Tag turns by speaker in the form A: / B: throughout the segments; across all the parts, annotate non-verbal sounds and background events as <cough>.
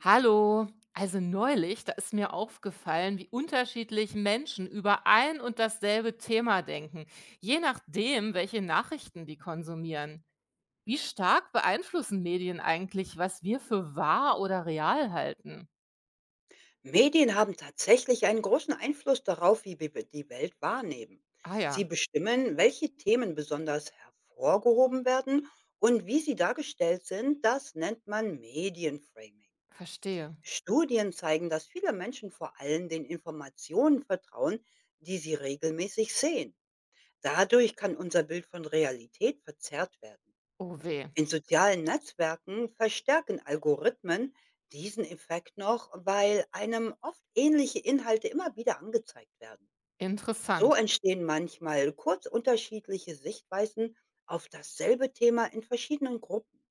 A: Hallo, also neulich, da ist mir aufgefallen, wie unterschiedlich Menschen über ein und dasselbe Thema denken, je nachdem, welche Nachrichten die konsumieren. Wie stark beeinflussen Medien eigentlich, was wir für wahr oder real halten?
B: Medien haben tatsächlich einen großen Einfluss darauf, wie wir die Welt wahrnehmen.
A: Ah
B: Sie
A: ja,
B: bestimmen, welche Themen besonders hervorgehoben werden und wie sie dargestellt sind. Das nennt man Medienframing.
A: verstehe.
B: Studien zeigen, dass viele Menschen vor allem den Informationen vertrauen, die sie regelmäßig sehen. Dadurch kann unser Bild von Realität verzerrt werden.
A: Oh weh,
B: In sozialen Netzwerken verstärken Algorithmen diesen Effekt noch, weil einem oft ähnliche Inhalte immer wieder angezeigt werden. So
A: interessant.
B: entstehen manchmal kurz unterschiedliche Sichtweisen auf dasselbe Thema in verschiedenen Gruppen.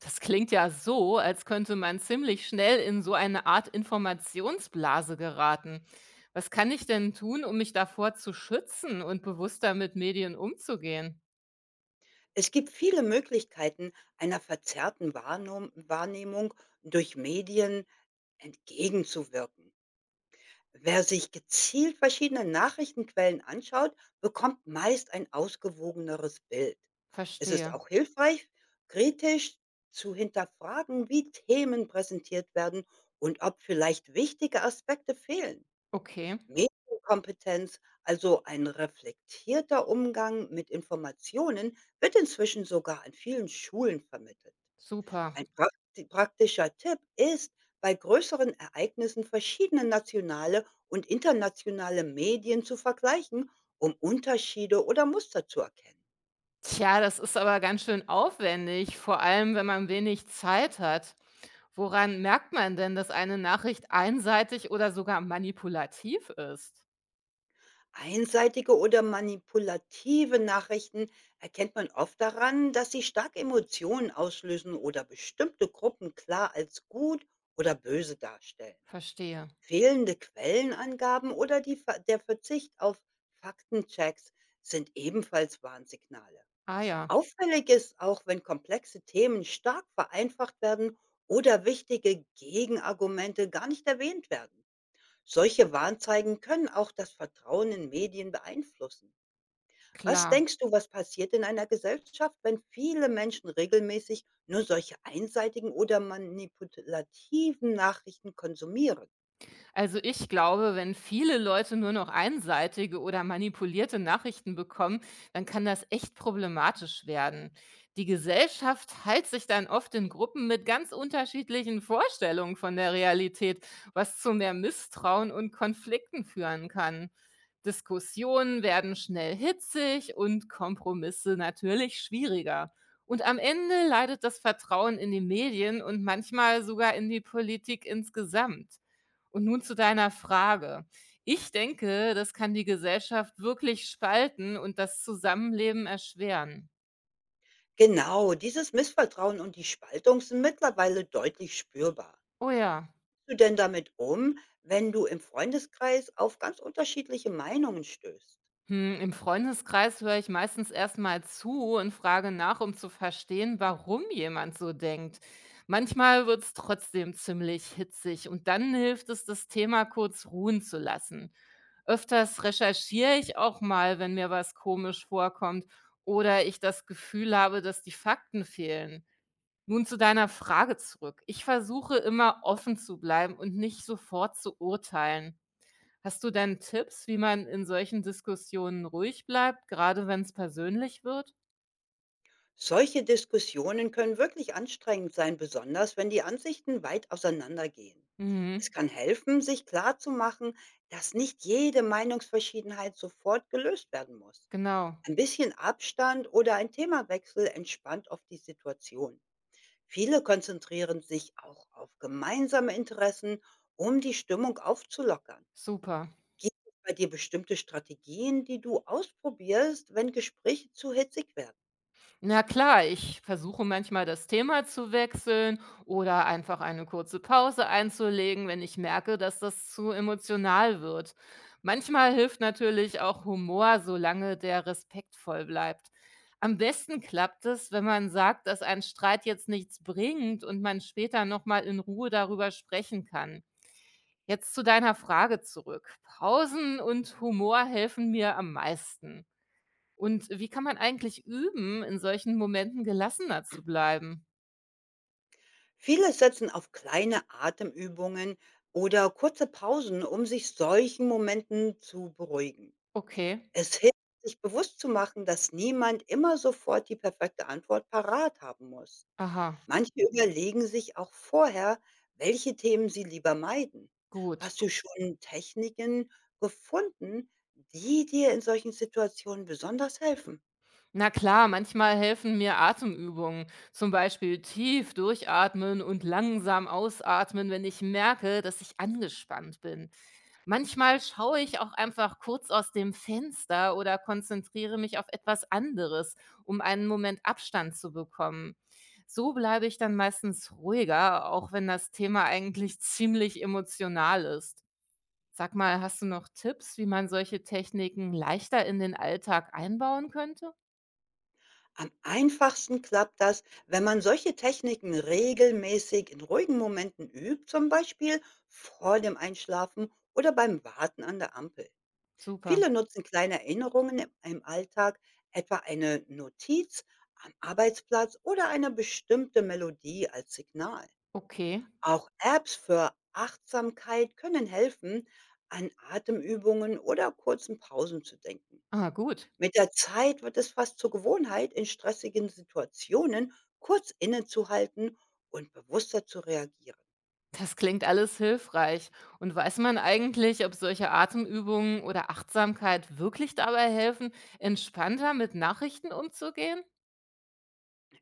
A: Das klingt ja so, als könnte man ziemlich schnell in so eine Art Informationsblase geraten. Was kann ich denn tun, um mich davor zu schützen und bewusster mit Medien umzugehen?
B: Es gibt viele Möglichkeiten, einer verzerrten Wahrnehmung durch Medien entgegenzuwirken. Wer sich gezielt verschiedene Nachrichtenquellen anschaut, bekommt meist ein ausgewogeneres Bild. Es ist
A: Verstehe.
B: auch hilfreich, kritisch zu hinterfragen, wie Themen präsentiert werden und ob vielleicht wichtige Aspekte fehlen.
A: Okay,
B: Medienkompetenz, also ein reflektierter Umgang mit Informationen, wird inzwischen sogar an vielen Schulen vermittelt.
A: super.
B: Ein praktischer Tipp ist, bei größeren Ereignissen verschiedene nationale und internationale Medien zu vergleichen, um Unterschiede oder Muster zu erkennen.
A: Tja, das ist aber ganz schön aufwendig, vor allem wenn man wenig Zeit hat. Woran merkt man denn, dass eine Nachricht einseitig oder sogar manipulativ ist?
B: Einseitige oder manipulative Nachrichten erkennt man oft daran, dass sie stark Emotionen auslösen oder bestimmte Gruppen klar als gut oder böse darstellen.
A: Verstehe.
B: Fehlende Quellenangaben oder der Verzicht auf Faktenchecks sind ebenfalls Warnsignale.
A: Ah ja,
B: Auffällig ist auch, wenn komplexe Themen stark vereinfacht werden oder wichtige Gegenargumente gar nicht erwähnt werden. Solche Warnzeigen können auch das Vertrauen in Medien beeinflussen. Was
A: klar.
B: denkst du, was passiert in einer Gesellschaft, wenn viele Menschen regelmäßig nur solche einseitigen oder manipulativen Nachrichten konsumieren?
A: Also ich glaube, wenn viele Leute nur noch einseitige oder manipulierte Nachrichten bekommen, dann kann das echt problematisch werden. Die Gesellschaft teilt sich dann oft in Gruppen mit ganz unterschiedlichen Vorstellungen von der Realität, was zu mehr Misstrauen und Konflikten führen kann. Diskussionen werden schnell hitzig und Kompromisse natürlich schwieriger. Und am Ende leidet das Vertrauen in die Medien und manchmal sogar in die Politik insgesamt. Und nun zu deiner Frage. Ich denke, das kann die Gesellschaft wirklich spalten und das Zusammenleben erschweren.
B: Genau, dieses Missvertrauen und die Spaltung sind mittlerweile deutlich spürbar.
A: Oh ja.
B: Du denn damit um, wenn du im Freundeskreis auf ganz unterschiedliche Meinungen stößt?
A: Hm, im Freundeskreis höre ich meistens erstmal zu und frage nach, um zu verstehen, warum jemand so denkt. Manchmal wird es trotzdem ziemlich hitzig und dann hilft es, das Thema kurz ruhen zu lassen. Öfters recherchiere ich auch mal, wenn mir was komisch vorkommt oder ich das Gefühl habe, dass die Fakten fehlen. Nun zu deiner Frage zurück. Ich versuche immer offen zu bleiben und nicht sofort zu urteilen. Hast du denn Tipps, wie man in solchen Diskussionen ruhig bleibt, gerade wenn es persönlich wird?
B: Solche Diskussionen können wirklich anstrengend sein, besonders wenn die Ansichten weit auseinandergehen. Es
A: Mhm,
B: kann helfen, sich klarzumachen, dass nicht jede Meinungsverschiedenheit sofort gelöst werden muss.
A: genau.
B: Ein bisschen Abstand oder ein Themawechsel entspannt oft die Situation. Viele konzentrieren sich auch auf gemeinsame Interessen, um die Stimmung aufzulockern.
A: Super.
B: Gibt es bei dir bestimmte Strategien, die du ausprobierst, wenn Gespräche zu hitzig werden?
A: Na klar, ich versuche manchmal das Thema zu wechseln oder einfach eine kurze Pause einzulegen, wenn ich merke, dass das zu emotional wird. Manchmal hilft natürlich auch Humor, solange der respektvoll bleibt. Am besten klappt es, wenn man sagt, dass ein Streit jetzt nichts bringt und man später nochmal in Ruhe darüber sprechen kann. Jetzt zu deiner Frage zurück. Pausen und Humor helfen mir am meisten. Und wie kann man eigentlich üben, in solchen Momenten gelassener zu bleiben?
B: Viele setzen auf kleine Atemübungen oder kurze Pausen, um sich solchen Momenten zu beruhigen.
A: Okay,
B: Es hilft, sich bewusst zu machen, dass niemand immer sofort die perfekte Antwort parat haben muss.
A: aha,
B: Manche überlegen sich auch vorher, welche Themen sie lieber meiden.
A: gut.
B: Hast du schon Techniken gefunden, die dir in solchen Situationen besonders helfen?
A: Na klar, manchmal helfen mir Atemübungen, zum Beispiel tief durchatmen und langsam ausatmen, wenn ich merke, dass ich angespannt bin. Manchmal schaue ich auch einfach kurz aus dem Fenster oder konzentriere mich auf etwas anderes, um einen Moment Abstand zu bekommen. So bleibe ich dann meistens ruhiger, auch wenn das Thema eigentlich <laughs> ziemlich emotional ist. Sag mal, hast du noch Tipps, wie man solche Techniken leichter in den Alltag einbauen könnte?
B: Am einfachsten klappt das, wenn man solche Techniken regelmäßig in ruhigen Momenten übt, zum Beispiel vor dem Einschlafen oder beim Warten an der Ampel.
A: Super.
B: Viele nutzen kleine Erinnerungen im Alltag, etwa eine Notiz am Arbeitsplatz oder eine bestimmte Melodie als Signal.
A: Okay.
B: Auch Apps für Achtsamkeit können helfen, an Atemübungen oder kurzen Pausen zu denken.
A: Ah, gut.
B: Mit der Zeit wird es fast zur Gewohnheit, in stressigen Situationen kurz innezuhalten und bewusster zu reagieren.
A: Das klingt alles hilfreich. Und weiß man eigentlich, ob solche Atemübungen oder Achtsamkeit wirklich dabei helfen, entspannter mit Nachrichten umzugehen?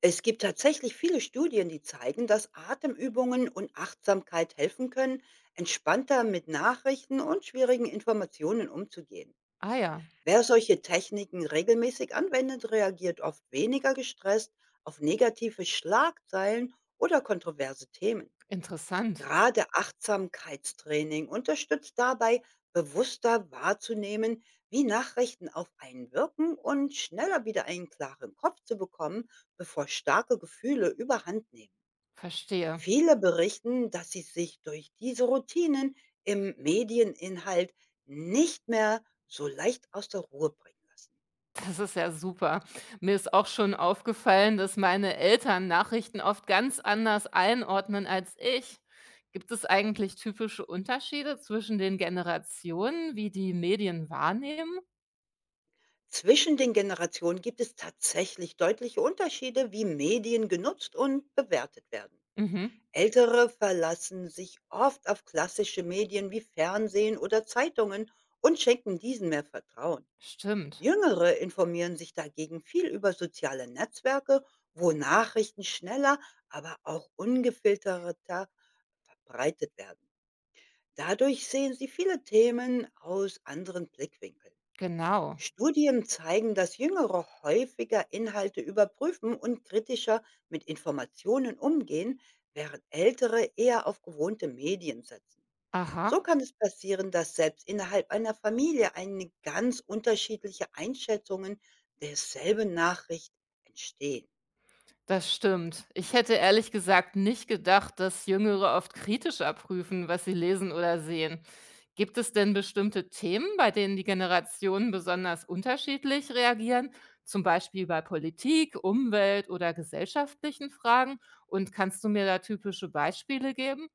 B: Es gibt tatsächlich viele Studien, die zeigen, dass Atemübungen und Achtsamkeit helfen können, entspannter mit Nachrichten und schwierigen Informationen umzugehen.
A: Ah ja,
B: Wer solche Techniken regelmäßig anwendet, reagiert oft weniger gestresst auf negative Schlagzeilen oder kontroverse Themen.
A: interessant.
B: Gerade Achtsamkeitstraining unterstützt dabei, bewusster wahrzunehmen, wie Nachrichten auf einen wirken und schneller wieder einen klaren Kopf zu bekommen, bevor starke Gefühle überhand nehmen.
A: Verstehe.
B: Viele berichten, dass sie sich durch diese Routinen im Medieninhalt nicht mehr so leicht aus der Ruhe bringen lassen.
A: Das ist ja super. Mir ist auch schon aufgefallen, dass meine Eltern Nachrichten oft ganz anders einordnen als ich. Gibt es eigentlich typische Unterschiede zwischen den Generationen, wie die Medien wahrnehmen?
B: Zwischen den Generationen gibt es tatsächlich deutliche Unterschiede, wie Medien genutzt und bewertet werden.
A: Mhm.
B: Ältere verlassen sich oft auf klassische Medien wie Fernsehen oder Zeitungen und schenken diesen mehr Vertrauen.
A: Stimmt.
B: Jüngere informieren sich dagegen viel über soziale Netzwerke, wo Nachrichten schneller, aber auch ungefilterter verbreitet werden. Dadurch sehen sie viele Themen aus anderen Blickwinkeln.
A: Genau.
B: Studien zeigen, dass Jüngere häufiger Inhalte überprüfen und kritischer mit Informationen umgehen, während Ältere eher auf gewohnte Medien setzen. So
A: Aha.
B: kann es passieren, dass selbst innerhalb einer Familie eine ganz unterschiedliche Einschätzungen derselben Nachricht entstehen.
A: Das stimmt. Ich hätte ehrlich gesagt nicht gedacht, dass Jüngere oft kritischer prüfen, was sie lesen oder sehen. Gibt es denn bestimmte Themen, bei denen die Generationen besonders unterschiedlich reagieren, zum Beispiel bei Politik, Umwelt oder gesellschaftlichen Fragen? Und kannst du mir da typische Beispiele geben?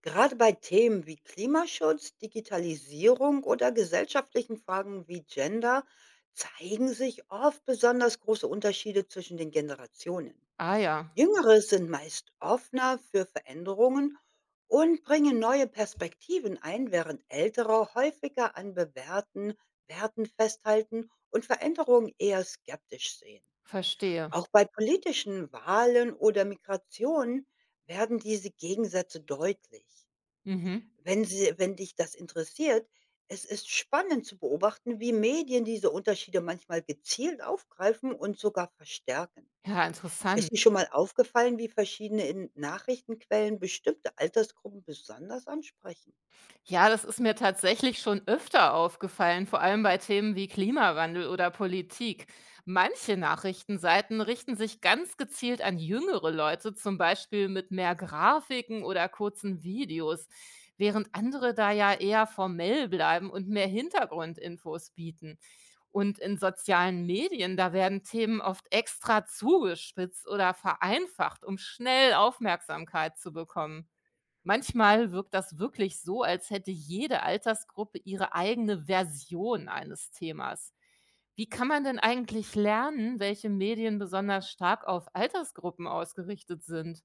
B: Gerade bei Themen wie Klimaschutz, Digitalisierung oder gesellschaftlichen Fragen wie Gender zeigen sich oft besonders große Unterschiede zwischen den Generationen.
A: Ah ja,
B: Jüngere sind meist offener für Veränderungen und bringen neue Perspektiven ein, während Ältere häufiger an bewährten Werten festhalten und Veränderungen eher skeptisch sehen.
A: verstehe.
B: Auch bei politischen Wahlen oder Migration werden diese Gegensätze deutlich.
A: Mhm.
B: Wenn dich das interessiert, es ist spannend zu beobachten, wie Medien diese Unterschiede manchmal gezielt aufgreifen und sogar verstärken.
A: Ja,
B: Ist
A: interessant.
B: dir schon mal aufgefallen, wie verschiedene in Nachrichtenquellen bestimmte Altersgruppen besonders ansprechen?
A: Ja, das ist mir tatsächlich schon öfter aufgefallen, vor allem bei Themen wie Klimawandel oder Politik. Manche Nachrichtenseiten richten sich ganz gezielt an jüngere Leute, zum Beispiel mit mehr Grafiken oder kurzen Videos, während andere da ja eher formell bleiben und mehr Hintergrundinfos bieten. Und in sozialen Medien, da werden Themen oft extra zugespitzt oder vereinfacht, um schnell Aufmerksamkeit zu bekommen. Manchmal wirkt das wirklich so, als hätte jede Altersgruppe ihre eigene Version eines Themas. Wie kann man denn eigentlich lernen, welche Medien besonders stark auf Altersgruppen ausgerichtet sind?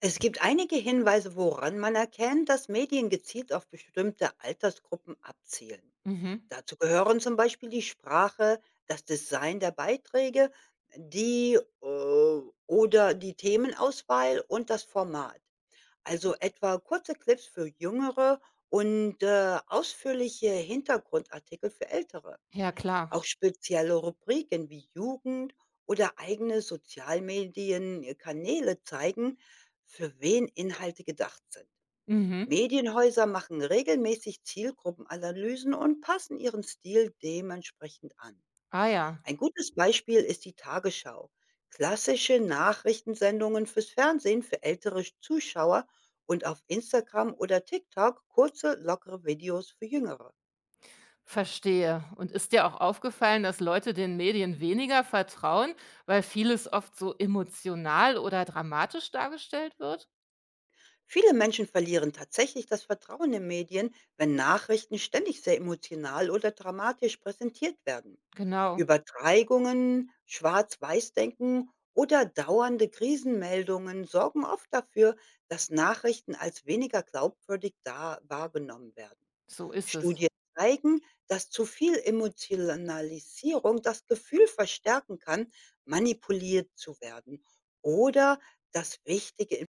B: Es gibt einige Hinweise, woran man erkennt, dass Medien gezielt auf bestimmte Altersgruppen abzielen.
A: Mhm.
B: Dazu gehören zum Beispiel die Sprache, das Design der Beiträge, die äh, oder die Themenauswahl und das Format. Also etwa kurze Clips für Jüngere und ausführliche Hintergrundartikel für Ältere.
A: Ja, klar.
B: Auch spezielle Rubriken wie Jugend oder eigene Sozialmedienkanäle zeigen, für wen Inhalte gedacht sind.
A: Mhm.
B: Medienhäuser machen regelmäßig Zielgruppenanalysen und passen ihren Stil dementsprechend an.
A: Ah ja,
B: Ein gutes Beispiel ist die Tagesschau. Klassische Nachrichtensendungen fürs Fernsehen für ältere Zuschauer und auf Instagram oder TikTok kurze, lockere Videos für Jüngere.
A: verstehe. Und ist dir auch aufgefallen, dass Leute den Medien weniger vertrauen, weil vieles oft so emotional oder dramatisch dargestellt wird?
B: Viele Menschen verlieren tatsächlich das Vertrauen in Medien, wenn Nachrichten ständig sehr emotional oder dramatisch präsentiert werden.
A: Genau,
B: Übertreibungen, Schwarz-Weiß-Denken oder dauernde Krisenmeldungen sorgen oft dafür, dass Nachrichten als weniger glaubwürdig da wahrgenommen werden.
A: so ist es.
B: Studien zeigen, dass zu viel Emotionalisierung das Gefühl verstärken kann, manipuliert zu werden oder dass wichtige